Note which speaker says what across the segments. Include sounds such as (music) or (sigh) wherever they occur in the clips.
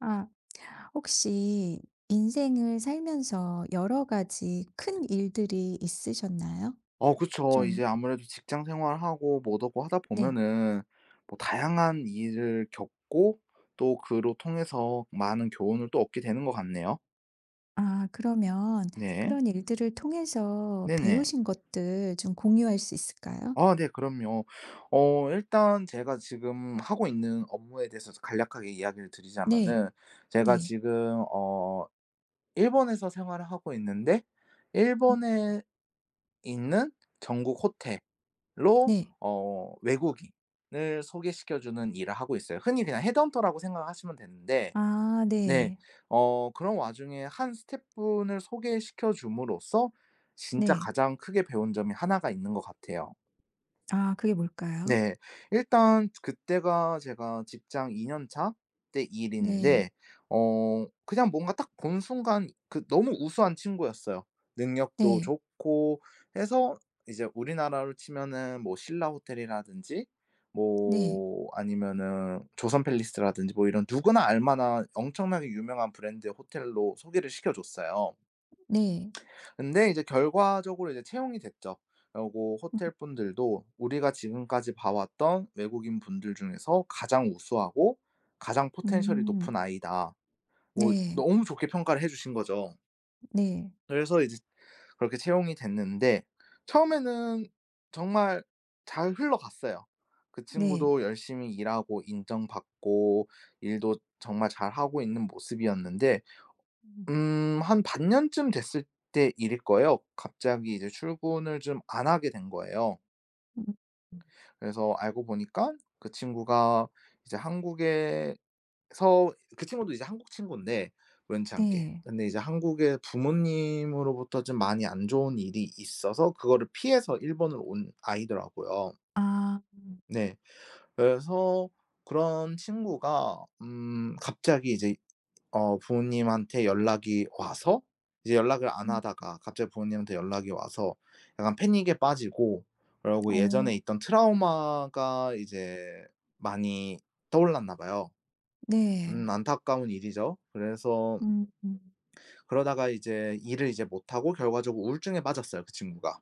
Speaker 1: 아, 혹시 인생을 살면서 여러 가지 큰 일들이 있으셨나요?
Speaker 2: 그쵸. 이제
Speaker 1: 좀,
Speaker 2: 아무래도 직장 생활하고 뭐더고 하다
Speaker 1: 네.
Speaker 2: 보면은 뭐 다양한 일을 겪고 또 그로 통해서 많은 교훈을 또 얻게 되는 것 같네요.
Speaker 1: 아, 그러면
Speaker 2: 네.
Speaker 1: 그런 일들을 통해서
Speaker 2: 네네.
Speaker 1: 배우신 것들 좀 공유할 수 있을까요?
Speaker 2: 네 그럼요. 일단 제가 지금 하고 있는 업무에 대해서 간략하게 이야기를
Speaker 1: 네,
Speaker 2: 드리자면은 제가
Speaker 1: 네,
Speaker 2: 지금 일본에서 생활을 하고 있는데
Speaker 1: 음,
Speaker 2: 일본에 있는 전국 호텔 로
Speaker 1: 네.
Speaker 2: 외국인을 소개시켜 주는 일을 하고 있어요. 흔히 그냥 헤드헌터라고 생각하시면 되는데
Speaker 1: 아,
Speaker 2: 네
Speaker 1: 네,
Speaker 2: 그런 와중에 한 스태프분을 소개시켜 줌으로써 진짜
Speaker 1: 네.
Speaker 2: 가장 크게 배운 점이 하나가 있는 것 같아요.
Speaker 1: 아, 그게 뭘까요?
Speaker 2: 네. 일단 그때가 제가 직장 2년 차 때
Speaker 1: 네,
Speaker 2: 일인데 그냥 뭔가 딱 본 순간 그 너무 우수한 친구였어요. 능력도
Speaker 1: 네,
Speaker 2: 좋고 해서 이제 우리나라로 치면은 뭐 신라 호텔이라든지
Speaker 1: 네,
Speaker 2: 뭐 아니면은 조선 팰리스라든지 뭐 이런 누구나 알 만한 엄청나게 유명한 브랜드의 호텔로 소개를 시켜 줬어요.
Speaker 1: 네.
Speaker 2: 근데 이제 결과적으로 이제 채용이 됐죠. 그리고
Speaker 1: 음,
Speaker 2: 호텔 분들도 우리가 지금까지 봐왔던 외국인 분들 중에서 가장 우수하고 가장 포텐셜이 높은
Speaker 1: 음,
Speaker 2: 아이다. 뭐
Speaker 1: 네,
Speaker 2: 너무 좋게 평가를 해 주신 거죠.
Speaker 1: 네,
Speaker 2: 그래서 이제 그렇게 채용이 됐는데 처음에는 정말 잘 흘러갔어요. 그
Speaker 1: 네.
Speaker 2: 친구도 열심히 일하고 인정받고 일도 정말 잘하고 있는 모습이었는데
Speaker 1: 음,
Speaker 2: 한 반년쯤 됐을 때 일일 거예요. 갑자기 이제 출근을 좀 안 하게 된 거예요.
Speaker 1: 음, 음,
Speaker 2: 그래서 알고 보니까 그 친구가 이제 한국에서 그 친구도 이제 한국 친구인데 우연치 않게.
Speaker 1: 네.
Speaker 2: 근데 이제 한국의 부모님으로부터 좀 많이 안 좋은 일이 있어서 그거를 피해서 일본으로 온 아이더라고요.
Speaker 1: 아,
Speaker 2: 네. 그래서 그런 친구가 갑자기 이제 부모님한테 연락이 와서 이제 연락을 안
Speaker 1: 음.
Speaker 2: 하다가 갑자기 부모님한테 연락이 와서 약간 패닉에 빠지고 그러고
Speaker 1: 어
Speaker 2: 예전에 있던 트라우마가 이제 많이 떠올랐나 봐요.
Speaker 1: 네.
Speaker 2: 안타까운 일이죠. 그래서
Speaker 1: 음. 음.
Speaker 2: 그러다가 이제 일을 이제 못 하고 결과적으로 우울증에 빠졌어요, 그 친구가.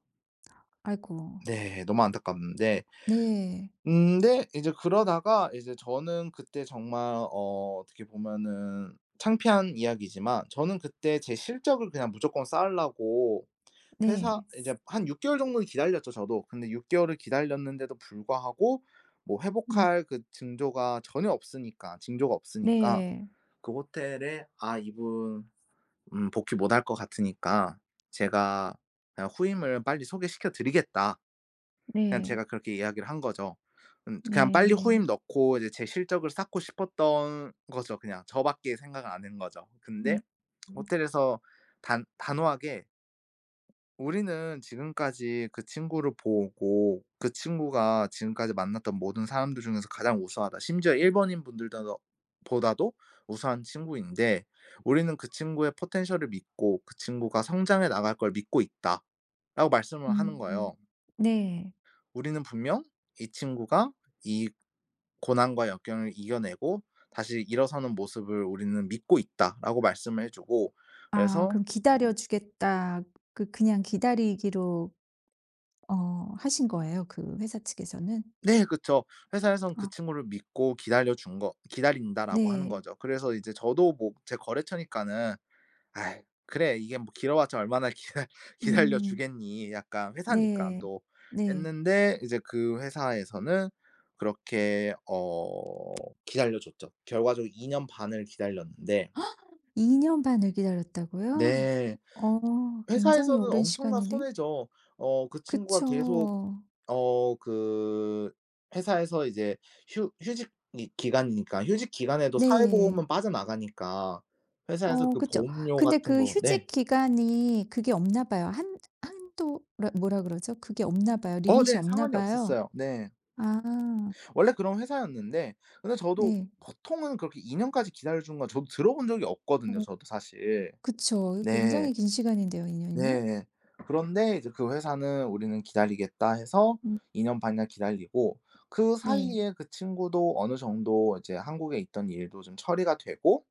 Speaker 1: 아이고.
Speaker 2: 네. 너무 안타깝는데
Speaker 1: 네.
Speaker 2: 네. 이제 그러다가 이제 저는 그때 정말 어떻게 보면은 창피한 이야기지만 저는 그때 제 실적을 그냥 무조건 쌓으려고
Speaker 1: 네.
Speaker 2: 회사 이제 한 6 개월 정도는 기다렸죠 저도. 근데 6 개월을 기다렸는데도 불구하고 뭐
Speaker 1: 음
Speaker 2: 회복할 그 징조가 전혀 없으니까 징조가 없으니까
Speaker 1: 네.
Speaker 2: 그 호텔에 '아 이분 복귀 못할 것 같으니까 제가 그냥 후임을 빨리 소개시켜 드리겠다.' 그냥
Speaker 1: 네.
Speaker 2: 제가 그렇게 이야기를 한 거죠. 그냥 빨리
Speaker 1: 네.
Speaker 2: 후임 넣고 이제 제 실적을 쌓고 싶었던 거죠 그냥. 저밖에 생각을 안 한 거죠. 근데
Speaker 1: 음. 음.
Speaker 2: 호텔에서 단 단호하게 "우리는 지금까지 그 친구를 보고 그 친구가 지금까지 만났던 모든 사람들 중에서 가장 우수하다. 심지어 일본인 분들도 보다도 우수한 친구인데 우리는 그 친구의 포텐셜을 믿고 그 친구가 성장해 나갈 걸 믿고 있다."라고 말씀을 하는
Speaker 1: 음.
Speaker 2: 거예요.
Speaker 1: 네.
Speaker 2: 우리는 분명 이 친구가 이 고난과 역경을 이겨내고 다시 일어서는 모습을 우리는 믿고 있다라고 말씀을 해주고
Speaker 1: 아
Speaker 2: 그래서
Speaker 1: 그럼 기다려 주겠다. 그 그냥 기다리기로 어 하신 거예요, 그 회사 측에서는?
Speaker 2: 네 그쵸. 회사에선 그
Speaker 1: 어
Speaker 2: 친구를 믿고 기다려 준 거 기다린다라고 하는
Speaker 1: 네.
Speaker 2: 거죠. 그래서 이제 저도 뭐 제 거래처니까는 아이 그래 이게 뭐 길어봤자 얼마나 기다 (laughs) 기다려
Speaker 1: 음.
Speaker 2: 주겠니. 약간 회사니까
Speaker 1: 네.
Speaker 2: 또
Speaker 1: 네.
Speaker 2: 했는데 이제 그 회사에서는 그렇게 기다려 줬죠. 결과적으로 2년 반을 기다렸는데
Speaker 1: 2년 반을 기다렸다고요?
Speaker 2: 네.
Speaker 1: 어 굉장히
Speaker 2: 회사에서는
Speaker 1: 오랜
Speaker 2: 엄청난
Speaker 1: 시간이네.
Speaker 2: 손해죠. 그 친구가 계속
Speaker 1: 그쵸.
Speaker 2: 어 그 회사에서 이제 휴 휴직 기간이니까 휴직 기간에도
Speaker 1: 네.
Speaker 2: 사회보험은 빠져나가니까 회사에서
Speaker 1: 어
Speaker 2: 그
Speaker 1: 그쵸.
Speaker 2: 보험료
Speaker 1: 근데
Speaker 2: 같은
Speaker 1: 그
Speaker 2: 거
Speaker 1: 휴직
Speaker 2: 네.
Speaker 1: 기간이 그게 없나 봐요. 한 한도 라 뭐라 그러죠? 그게 없나 봐요. 리밋이
Speaker 2: 네.
Speaker 1: 없나
Speaker 2: 상관이
Speaker 1: 봐요.
Speaker 2: 없었어요. 네.
Speaker 1: 아
Speaker 2: 원래 그런 회사였는데 근데 저도
Speaker 1: 네.
Speaker 2: 보통은 그렇게 2 년까지 기다려 주는 건 저도 들어본 적이 없거든요,
Speaker 1: 어
Speaker 2: 저도 사실.
Speaker 1: 그쵸.
Speaker 2: 네.
Speaker 1: 굉장히 긴 시간인데요, 2 년이면.
Speaker 2: 네. 그런데 이제 그 회사는 "우리는 기다리겠다." 해서
Speaker 1: 음
Speaker 2: 2년 반이나 기다리고 그
Speaker 1: 네.
Speaker 2: 사이에 그 친구도 어느 정도 이제 한국에 있던 일도 좀 처리가 되고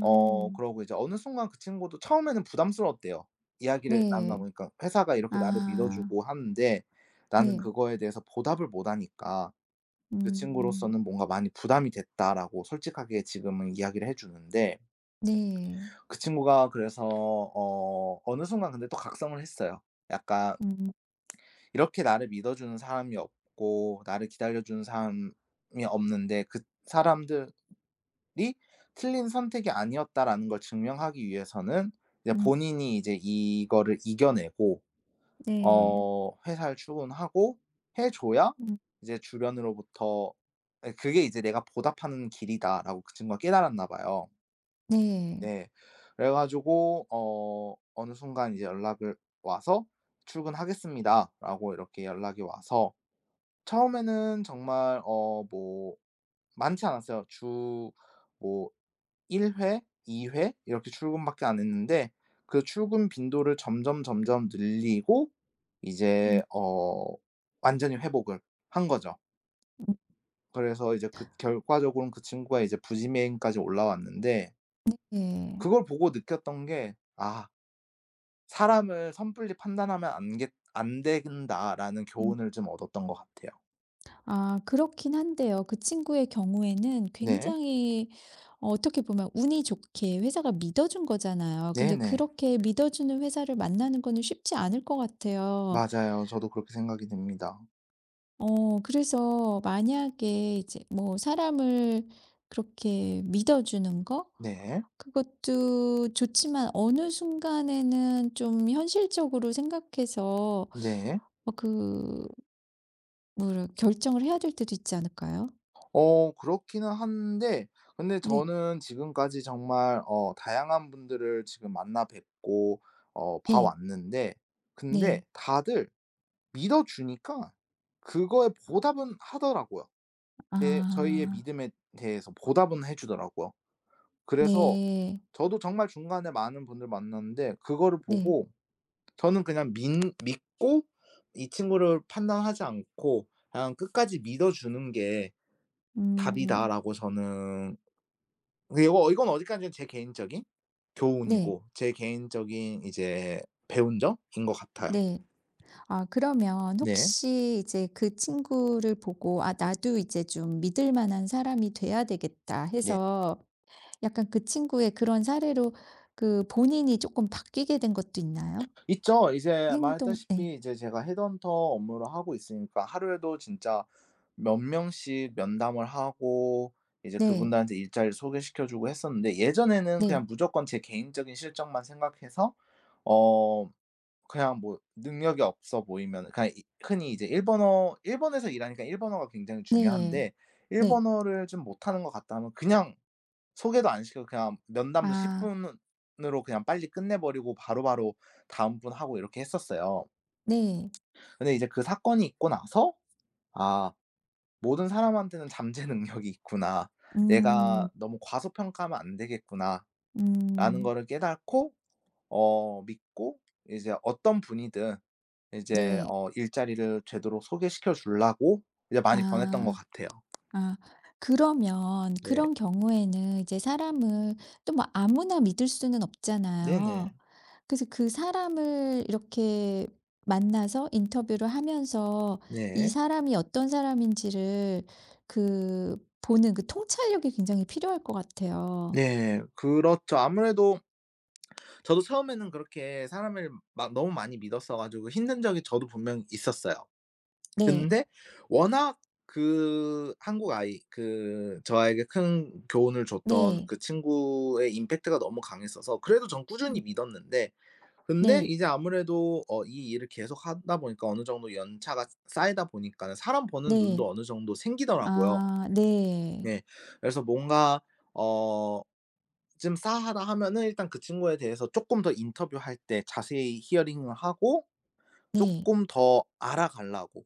Speaker 2: 그러고 이제 어느 순간 그 친구도 처음에는 부담스러웠대요. 이야기를 나누다
Speaker 1: 네.
Speaker 2: 보니까 회사가 이렇게 나를 믿어
Speaker 1: 아
Speaker 2: 주고 하는데 나는
Speaker 1: 네.
Speaker 2: 그거에 대해서 보답을 못 하니까 그
Speaker 1: 음
Speaker 2: 친구로서는 뭔가 많이 부담이 됐다라고 솔직하게 지금은 이야기를 해 주는데
Speaker 1: 네.
Speaker 2: 그 친구가 그래서 어느 순간 근데 또 각성을 했어요. 약간
Speaker 1: 음
Speaker 2: 이렇게 나를 믿어 주는 사람이 없고 나를 기다려 주는 사람이 없는데 그 사람들이 틀린 선택이 아니었다라는 걸 증명하기 위해서는 이제
Speaker 1: 음
Speaker 2: 본인이 이제 이거를 이겨내고
Speaker 1: 네.
Speaker 2: 회사를 출근하고 해 줘야
Speaker 1: 음
Speaker 2: 이제 주변으로부터 예 그게 이제 '내가 보답하는 길이다.'라고 그 친구가 깨달았나 봐요.
Speaker 1: 네.
Speaker 2: 네. 그래 가지고 어느 순간 이제 연락을 와서 "출근하겠습니다."라고 이렇게 연락이 와서 처음에는 정말 뭐 많지 않았어요. 주뭐 1회, 2회 이렇게 출근밖에 안 했는데 그 출근 빈도를 점점 늘리고 이제
Speaker 1: 음
Speaker 2: 완전히 회복을 한 거죠.
Speaker 1: 음
Speaker 2: 그래서 이제 그 결과적으로는 그 친구가 이제 부지메인까지 올라왔는데
Speaker 1: 네.
Speaker 2: 그걸 보고 느꼈던 게 '아 사람을 섣불리 판단하면 안 된다.'라는
Speaker 1: 음.
Speaker 2: 교훈을 좀 얻었던 것 같아요.
Speaker 1: 아 그렇긴 한데요. 그 친구의 경우에는
Speaker 2: 네.
Speaker 1: 굉장히 어, 어떻게 보면 운이 좋게 회사가 믿어준 거잖아요. 근데
Speaker 2: 네네.
Speaker 1: 그렇게 믿어주는 회사를 만나는 거는 쉽지 않을 것 같아요.
Speaker 2: 맞아요. 저도 그렇게 생각이 듭니다.
Speaker 1: 어 그래서 만약에 이제 뭐 사람을 그렇게 믿어주는 거?
Speaker 2: 네.
Speaker 1: 그것도 좋지만 어느 순간에는 좀 현실적으로 생각해서
Speaker 2: 네.
Speaker 1: 어 그 뭐 결정을 해야 될 때도 있지 않을까요?
Speaker 2: 그렇기는 한데 근데
Speaker 1: 네.
Speaker 2: 저는 지금까지 정말 다양한 분들을 지금 만나 뵙고 봐
Speaker 1: 네.
Speaker 2: 왔는데 근데
Speaker 1: 네.
Speaker 2: 다들 믿어 주니까 그거에 보답은 하더라고요. 제 저희의
Speaker 1: 아.
Speaker 2: 믿음에 대해서 보답은 해 주더라고요. 그래서
Speaker 1: 네.
Speaker 2: 저도 정말 중간에 많은 분들 만났는데 그거를
Speaker 1: 네.
Speaker 2: 보고 저는 그냥 민 믿고 이 친구를 판단하지 않고 그냥 끝까지 믿어 주는 게
Speaker 1: 음.
Speaker 2: 답이다라고 저는 이거 이건 어디까지는 제 개인적인
Speaker 1: 네.
Speaker 2: 교훈이고 제 개인적인 이제 배운 점인 것 같아요.
Speaker 1: 네. 아 그러면
Speaker 2: 네.
Speaker 1: 혹시 이제 그 친구를 보고 '아 나도 이제 좀 믿을 만한 사람이 돼야 되겠다.'
Speaker 2: 네.
Speaker 1: 해서 약간 그 친구의 그런 사례로 그 본인이 조금 바뀌게 된 것도 있나요?
Speaker 2: 있죠. 이제
Speaker 1: 행동 네.
Speaker 2: 말했다시피 이제 제가 헤드헌터 업무를 하고 있으니까 하루에도 진짜 몇 명씩 면담을 하고 이제
Speaker 1: 네.
Speaker 2: 그분들한테 일자리를 소개시켜 주고 했었는데 예전에는 그냥
Speaker 1: 네.
Speaker 2: 무조건 제 개인적인 실적만 생각해서 어 그냥 뭐 능력이 없어 보이면 그냥 이 흔히 이제 일본어 일본에서 일하니까 일본어가 굉장히
Speaker 1: 네.
Speaker 2: 중요한데
Speaker 1: 네.
Speaker 2: 일본어를 좀 못하는 것 같다 하면 그냥 소개도 안 시키고 그냥 면담도 10
Speaker 1: 아.
Speaker 2: 분으로 그냥 빨리 끝내 버리고 바로바로 다음 분 하고 이렇게 했었어요.
Speaker 1: 네.
Speaker 2: 근데 이제 그 사건이 있고 나서 '아 모든 사람한테는 잠재 능력이 있구나. 내가
Speaker 1: 음.
Speaker 2: 너무 과소평가하면 안 되겠구나.'라는
Speaker 1: 음.
Speaker 2: 거를 깨닫고 믿고 이제 어떤 분이든 이제
Speaker 1: 네.
Speaker 2: 일자리를 되도록 소개시켜 주려고 이제 많이 변했던 것
Speaker 1: 아.
Speaker 2: 같아요.
Speaker 1: 아 그러면
Speaker 2: 네.
Speaker 1: 그런 경우에는 이제 사람을 또 뭐 아무나 믿을 수는
Speaker 2: 네네.
Speaker 1: 없잖아요. 그래서 그 사람을 이렇게 만나서 인터뷰를 하면서 이
Speaker 2: 네.
Speaker 1: 사람이 어떤 사람인지를 그 보는 그 통찰력이 굉장히 필요할 것 같아요.
Speaker 2: 네. 그렇죠. 아무래도 저도 처음에는 그렇게 사람을 막 너무 많이 믿었어 가지고 힘든 적이 저도 분명 있었어요.
Speaker 1: 네.
Speaker 2: 근데 워낙 그 한국 아이 그 저에게 큰 교훈을 줬던
Speaker 1: 네.
Speaker 2: 그 친구의 임팩트가 너무 강했어서 그래도 전
Speaker 1: 음
Speaker 2: 꾸준히 믿었는데 근데
Speaker 1: 네.
Speaker 2: 이제 아무래도 이 일을 계속 하다 보니까 어느 정도 연차가 쌓이다 보니까는 사람 보는
Speaker 1: 네.
Speaker 2: 눈도 어느 정도 생기더라고요.
Speaker 1: 아 네.
Speaker 2: 네. 그래서 뭔가 어 좀 싸하다 하면은 일단 그 친구에 대해서 조금 더 인터뷰할 때 자세히 히어링을 하고
Speaker 1: 네.
Speaker 2: 조금 더 알아가려고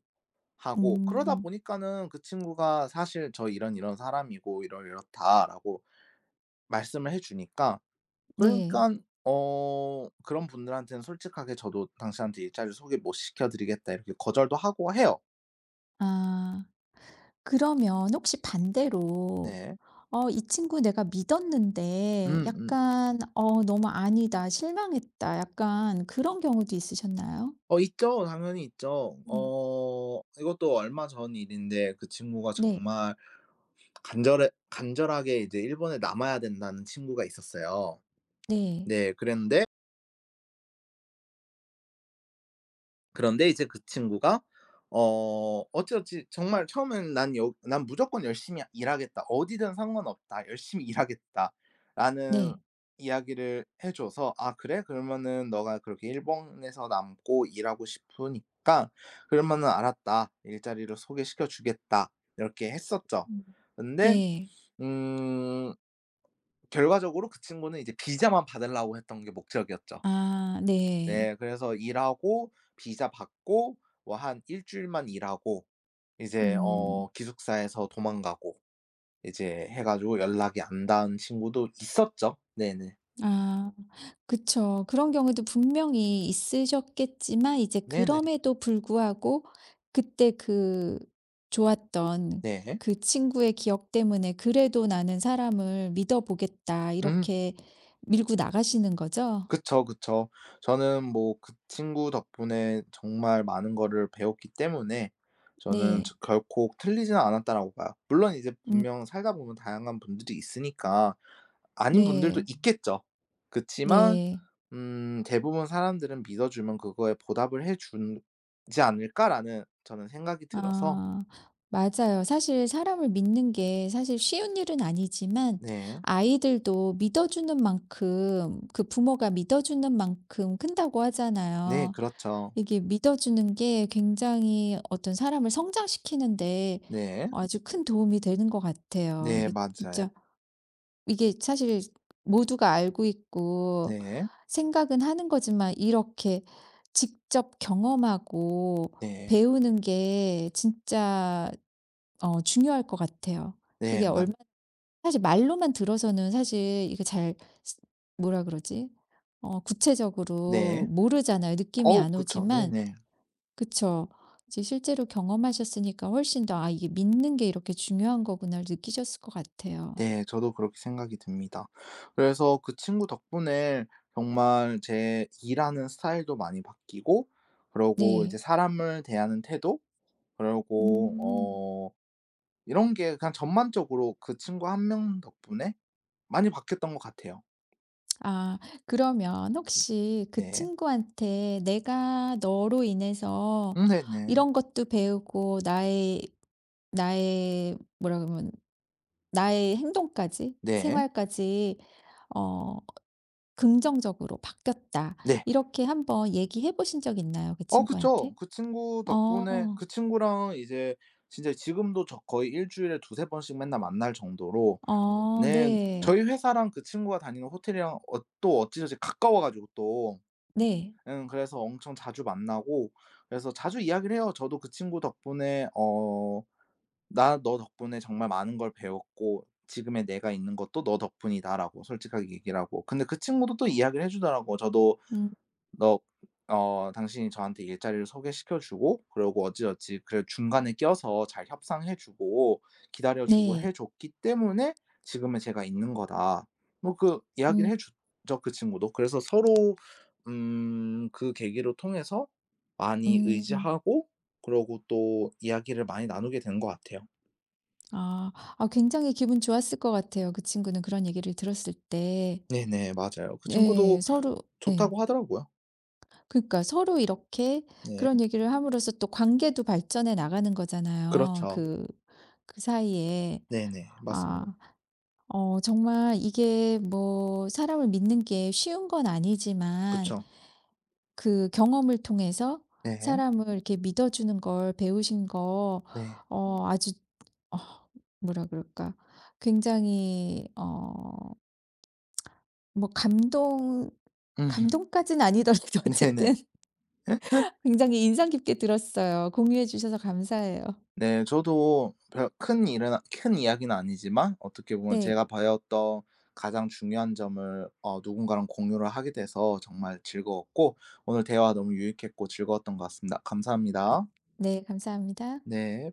Speaker 2: 하고 그러다
Speaker 1: 음
Speaker 2: 보니까는 그 친구가 사실 "저 이런 사람이고 이러이렇다."라고 말씀을 해 주니까
Speaker 1: 네.
Speaker 2: 그러니깐 그런 분들한테는 솔직하게 저도 "당신한테 일자리를 소개 못 시켜 드리겠다." 이렇게 거절도 하고 해요.
Speaker 1: 아. 그러면 혹시 반대로
Speaker 2: 네.
Speaker 1: 어, 이 친구 내가 믿었는데
Speaker 2: 음음.
Speaker 1: 약간 어, 너무 아니다, 실망했다. 약간 그런 경우도 있으셨나요?
Speaker 2: 있죠. 당연히 있죠.
Speaker 1: 음.
Speaker 2: 이것도 얼마 전 일인데 그 친구가
Speaker 1: 네.
Speaker 2: 정말 간절해 간절하게 이제 일본에 남아야 된다는 친구가 있었어요.
Speaker 1: 네.
Speaker 2: 네. 그랬는데 그런데 이제 그 친구가 어찌어찌 정말 처음에는 '난 여 난 무조건 열심히 일하겠다. 어디든 상관없다. 열심히 일하겠다.'라는
Speaker 1: 네.
Speaker 2: 이야기를 해 줘서 '아 그래? 그러면은 너가 그렇게 일본에서 남고 일하고 싶으니까 그러면은 알았다. 일자리를 소개시켜 주겠다.' 이렇게 했었죠.
Speaker 1: 음.
Speaker 2: 근데
Speaker 1: 네.
Speaker 2: 음 결과적으로 그 친구는 이제 비자만 받으려고 했던 게 목적이었죠.
Speaker 1: 아, 네.
Speaker 2: 네. 그래서 일하고 비자 받고 뭐 한 일 주일만 일하고 이제
Speaker 1: 음.
Speaker 2: 기숙사에서 도망가고 이제 해 가지고 연락이 안 닿은 친구도 있었죠. 네네.
Speaker 1: 아 그쵸. 그런 경우도 분명히 있으셨겠지만 이제
Speaker 2: 네네.
Speaker 1: 그럼에도 불구하고 그때 그 좋았던
Speaker 2: 네.
Speaker 1: 그 친구의 기억 때문에 '그래도 나는 사람을 믿어 보겠다.'
Speaker 2: 음.
Speaker 1: 이렇게 밀고 나가시는 거죠?
Speaker 2: 그쵸, 그쵸. 저는 뭐 그 친구 덕분에 정말 많은 거를 배웠기 때문에 저는 저
Speaker 1: 네.
Speaker 2: 결코 틀리지는 않았다라고 봐요. 물론 이제
Speaker 1: 음
Speaker 2: 분명 살다 보면 다양한 분들이 있으니까 아닌 분들도
Speaker 1: 네.
Speaker 2: 있겠죠. 그치만
Speaker 1: 네.
Speaker 2: 대부분 사람들은 믿어 주면 그거에 보답을 해 주지 않을까라는 저는 생각이 들어서
Speaker 1: 아 맞아요. 사실 사람을 믿는 게 사실 쉬운 일은 아니지만
Speaker 2: 네.
Speaker 1: 아이들도 믿어주는 만큼 그 부모가 믿어주는 만큼 큰다고
Speaker 2: 네
Speaker 1: 하잖아요.
Speaker 2: 그렇죠.
Speaker 1: 이게 믿어주는 게 굉장히 어떤 사람을 성장시키는 데
Speaker 2: 네.
Speaker 1: 아주 큰 도움이 되는 것 같아요.
Speaker 2: 네
Speaker 1: 이게
Speaker 2: 맞아요.
Speaker 1: 진짜 이게 사실 모두가 알고 있고
Speaker 2: 네.
Speaker 1: 생각은 하는 거지만 이렇게 직접 경험하고
Speaker 2: 네.
Speaker 1: 배우는 게 진짜 어 중요할 것 같아요.
Speaker 2: 네
Speaker 1: 그게
Speaker 2: 맞
Speaker 1: 얼마 사실 말로만 들어서는 사실 이거 잘 스 뭐라 그러지? 어 구체적으로
Speaker 2: 네.
Speaker 1: 모르잖아요. 느낌이
Speaker 2: 어우
Speaker 1: 안
Speaker 2: 그쵸.
Speaker 1: 오지만
Speaker 2: 네네.
Speaker 1: 그쵸. 이제 실제로 경험하셨으니까 훨씬 더 '아 이게 믿는 게 이렇게 중요한 거구나.'를 느끼셨을 것 같아요.
Speaker 2: 네. 저도 그렇게 생각이 듭니다. 그래서 그 친구 덕분에 정말 제 일하는 스타일도 많이 바뀌고 그러고 이제
Speaker 1: 네.
Speaker 2: 사람을 대하는 태도 그러고
Speaker 1: 음.
Speaker 2: 이런 게 그냥 전반적으로 그 친구 한 명 덕분에 많이 바뀌었던 것 같아요.
Speaker 1: 아, 그러면 혹시 그
Speaker 2: 네.
Speaker 1: 친구한테 내가 너로 인해서
Speaker 2: 네네. 네.
Speaker 1: 이런 것도 배우고 나의 나의 뭐라 그러면 나의 행동까지
Speaker 2: 네.
Speaker 1: 생활까지 어 긍정적으로 바뀌었다.
Speaker 2: 네.
Speaker 1: 이렇게 한번 얘기해 보신 적 있나요? 그
Speaker 2: 그쵸.
Speaker 1: 친구한테?
Speaker 2: 그 친구 덕분에
Speaker 1: 어.
Speaker 2: 그 친구랑 이제 진짜 지금도 저 거의 일 주일에 두세 번씩 맨날 만날 정도로
Speaker 1: 어,
Speaker 2: 네.
Speaker 1: 네.
Speaker 2: 저희 회사랑 그 친구가 다니는 호텔이랑 또 어찌저찌 가까워 가지고 또
Speaker 1: 네.
Speaker 2: 응 그래서 엄청 자주 만나고 그래서 자주 이야기를 해요. 저도 그 친구 덕분에 "나 너 덕분에 정말 많은 걸 배웠고 지금의 내가 있는 것도 너 덕분이다."라고 솔직하게 얘기를 하고 근데 그 친구도 또 이야기를 해 주더라고요. "저도
Speaker 1: 음.
Speaker 2: 너 어 당신이 저한테 일자리를 소개시켜 주고 그러고 어찌어찌 그래 중간에 껴서 잘 협상해 주고 기다려 주고 해
Speaker 1: 네.
Speaker 2: 줬기 때문에 지금의 제가 있는 거다. 뭐 그 이야기를
Speaker 1: 음.
Speaker 2: 해 줬죠, 그 친구도. 그래서 서로 그 계기로 통해서 많이
Speaker 1: 음.
Speaker 2: 의지하고 그러고 또 이야기를 많이 나누게 된 것 같아요.
Speaker 1: 아, 아 굉장히 기분 좋았을 것 같아요. 그 친구는 그런 얘기를 들었을 때.
Speaker 2: 네네. 맞아요. 그
Speaker 1: 네.
Speaker 2: 친구도
Speaker 1: 서로 예.
Speaker 2: 좋다고 하더라고요.
Speaker 1: 그러니까 서로 이렇게
Speaker 2: 네.
Speaker 1: 그런 얘기를 함으로써 또 관계도 발전해 나가는 거잖아요.
Speaker 2: 그렇죠.
Speaker 1: 그 그 사이에.
Speaker 2: 네네.
Speaker 1: 아
Speaker 2: 맞습니다.
Speaker 1: 어 정말 이게 뭐 사람을 믿는 게 쉬운 건 아니지만
Speaker 2: 그쵸.
Speaker 1: 그 경험을 통해서
Speaker 2: 네.
Speaker 1: 사람을 이렇게 믿어 주는 걸 배우신 거
Speaker 2: 네.
Speaker 1: 어 아주 어 뭐라 그럴까? 굉장히 어 뭐 감동
Speaker 2: 음.
Speaker 1: 감동까지는 아니더라도 (laughs)
Speaker 2: 네네.
Speaker 1: 어쨌든 굉장히 인상 깊게 들었어요. 공유해 주셔서 감사해요.
Speaker 2: 네 저도 별 큰 이야기는 아니지만 어떻게 보면
Speaker 1: 네.
Speaker 2: 제가 배웠던 가장 중요한 점을 누군가랑 공유를 하게 돼서 정말 즐거웠고 오늘 대화 너무 유익했고 즐거웠던 것 같습니다.
Speaker 1: 네.
Speaker 2: 감사합니다.
Speaker 1: 네 감사합니다.
Speaker 2: 네.